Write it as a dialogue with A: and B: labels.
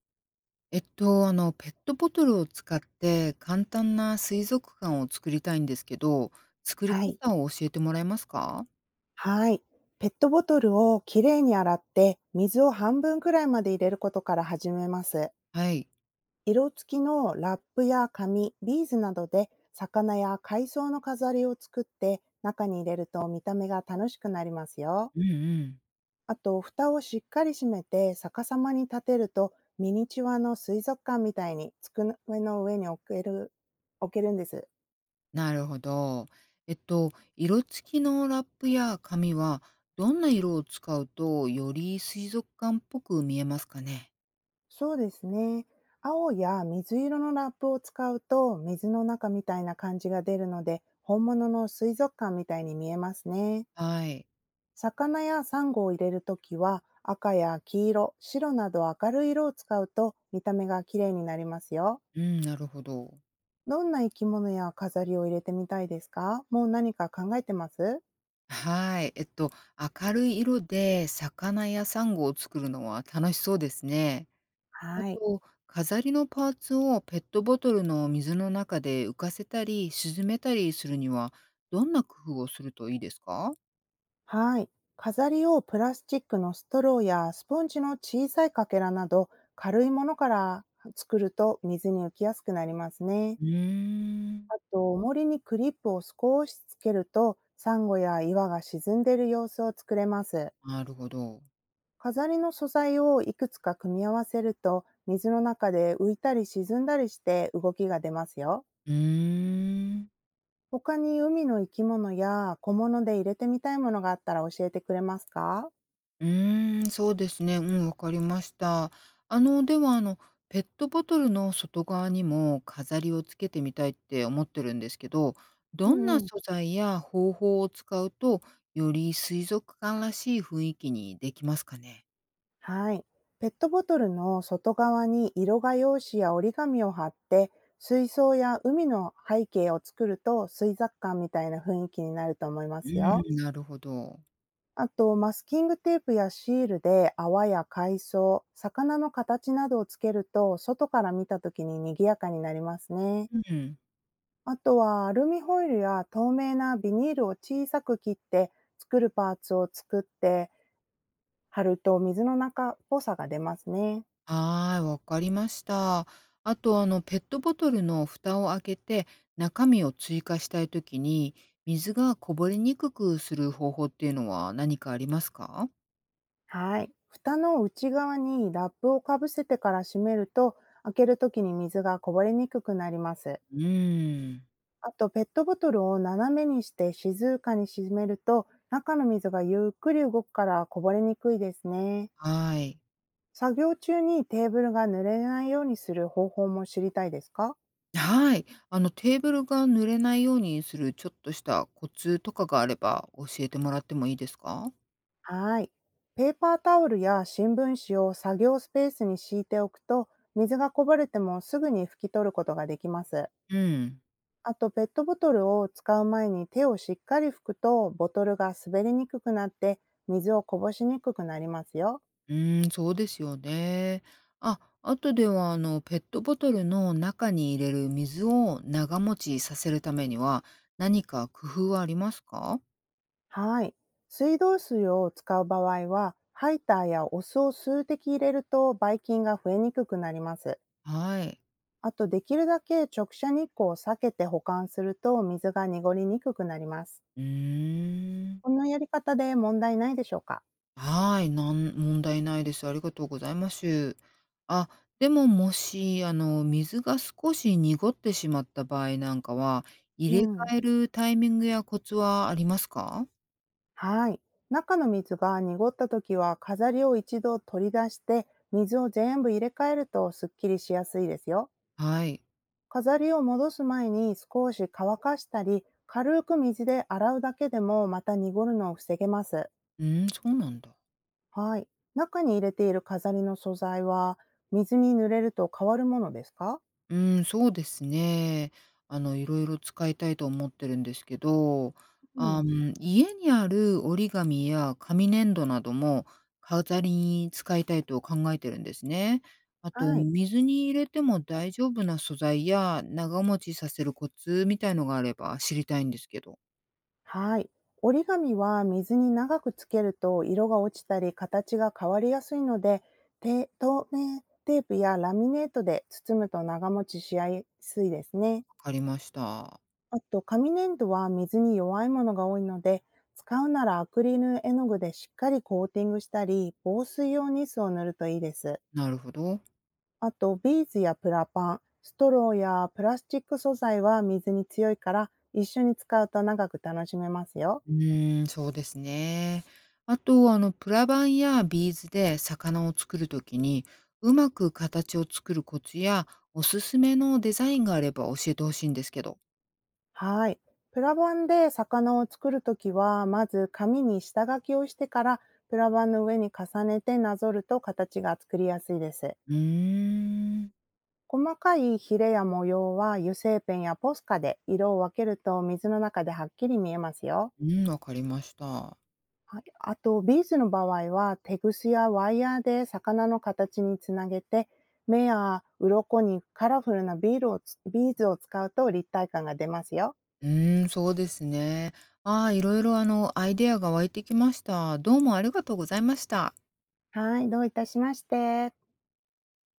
A: ペットボトルを使って簡単な水族館を作りたいんですけど、作り
B: はい。
A: 方を教えてもらえますか？
B: はい。ペットボトルをきれいに洗って、水を半分くらいまで入れることから始めます。
A: はい。
B: 色付きのラップや紙、ビーズなどで魚や海藻の飾りを作って中に入れると見た目が楽しくなりますよ。
A: うんうん。
B: あと、蓋をしっかり閉めて逆さまに立てるとミニチュアの水族館みたいに机の上に置けるんです。
A: なるほど。色付きのラップや紙は、どんな色を使うと、より水族館っぽく見えますかね？
B: そうですね。青や水色のラップを使うと水の中みたいな感じが出るので本物の水族館みたいに見えますね。
A: はい。
B: 魚やサンゴを入れるときは赤や黄色、白など明るい色を使うと見た目が綺麗になりますよ。
A: うん、なるほど。
B: どんな生き物や飾りを入れてみたいですか？もう何か考えてます？
A: はい。明るい色で魚やサンゴを作るのは楽しそうですね。あ
B: はい。
A: と、飾りのパーツをペットボトルの水の中で浮かせたり、沈めたりするには、どんな工夫をするといいですか？
B: はい。飾りをプラスチックのストローやスポンジの小さいかけらなど軽いものから作ると水に浮きやすくなりますね。
A: うーん。
B: あと、重りにクリップを少しつけるとサンゴや岩が沈んでいる様子を作れます。
A: なるほど。
B: 飾りの素材をいくつか組み合わせると水の中で浮いたり沈んだりして動きが出ますよ。
A: うーん。
B: 他に海の生き物や小物で入れてみたいものがあったら教えてくれますか？
A: うーん、そうですね。うん、わかりました。では、ペットボトルの外側にも飾りをつけてみたいって思ってるんですけど、
B: う
A: どん
B: ん
A: な
B: うん。
A: 素材や方法を使うと、より水族館らしい雰囲気にできますかね？
B: はい。ペットボトルの外側に色画用紙や折り紙を貼って、水槽や海の背景を作ると水族館みたいな雰囲気になると思いま
A: う
B: すよ。
A: ーん、なるほど。
B: あと、マスキングテープやシールで泡や海藻、魚の形などをつけると、外から見た時に賑やかになりますね。
A: うん。
B: あとは、アルミホイルや透明なビニールを小さく切って、パーツを作って貼ると水の中っぽさが出ますね。
A: はーい、わかりました。あと、ペットボトルの蓋を開けて、中身を追加したいときに、水がこぼれにくくする方法っていうのは何かありますか？
B: はい。蓋の内側にラップをかぶせてから閉めると、開けるときに水がこぼれにくくなります。
A: うーん。
B: あと、ペットボトルを斜めにして静かに閉めると、中の水がゆっくり動くからこぼれにくいですね。
A: はい。
B: 作業中にテーブルが濡れないようにする方法も知りたいですか？
A: はい。あの、テーブルが濡れないようにするちょっとしたコツとかがあれば教えてもらってもいいですか？
B: はい。ペーパータオルや新聞紙を作業スペースに敷いておくと、水がこぼれてもすぐに拭き取ることができます。
A: うん。
B: あと、ペットボトルを使う前に手をしっかり拭くと、ボトルが滑りにくくなって、水をこぼしにくくなりますよ。
A: うーん、そうですよね。あとでは、ペットボトルの中に入れる水を長持ちさせるためには、何か工夫はありますか？
B: はい。水道水を使う場合は、ハイターやお酢を数滴入れると、ばい菌が増えにくくなります。
A: はい。
B: あと、できるだけ直射日光を避けて保管すると、水が濁りにくくなります。
A: うーん。
B: こんなやり方で問題ないでしょうか？
A: はい、なん問題ないです。ありがとうございます。あ、でも、もし、水が少し濁ってしまった場合なんかは、
B: う
A: 入れ
B: ん。
A: 替えるタイミングやコツはありますか？
B: はい。中の水が濁った時は飾りを一度取り出して水を全部入れ替えるとすっきりしやすいですよ。
A: はい。
B: 飾りを戻す前に少し乾かしたり軽く水で洗うだけでもまた濁るのを防げます。
A: うん、そうなんだ。
B: はい。中に入れている飾りの素材は水に濡れると変わるものですか？
A: うん、そうですね。あの、いろいろ使いたいと思ってるんですけど、
B: うん、
A: 家にある折り紙や紙粘土なども飾りに使いたいと考えてるんですね。あと、
B: はい。
A: 水に入れても大丈夫な素材や長持ちさせるコツみたいのがあれば知りたいんですけど。
B: はい。折り紙は水に長くつけると色が落ちたり形が変わりやすいので、透明テープやラミネートで包むと長持ちしやすいですね。
A: わかりました。
B: あと、紙粘土は水に弱いものが多いので、使うならアクリル絵の具でしっかりコーティングしたり、防水用ニスを塗るといいです。
A: なるほど。
B: あと、ビーズやプラパン、ストローやプラスチック素材は水に強いから、一緒に使うと長く楽しめますよ。
A: うーん、そうですね。あと、プラバンやビーズで魚を作るときに、うまく形を作るコツや、おすすめのデザインがあれば教えてほしいんですけど。
B: はい。プラ板で魚を作るときは、まず紙に下書きをしてから、プラ板の上に重ねてなぞると形が作りやすいです。
A: うーん。
B: 細かいヒレや模様は油性ペンやポスカで色を分けると水の中ではっきり見えますよ。
A: うん、わかりました。
B: はい、あと、ビーズの場合はテグスやワイヤーで魚の形につなげて、目や鱗にカラフルなビーズを使うと立体感が出ますよ。
A: うーん、そうですね。ああ、いろいろ、アイデアが湧いてきました。どうもありがとうございました。
B: はい、どういたしまして。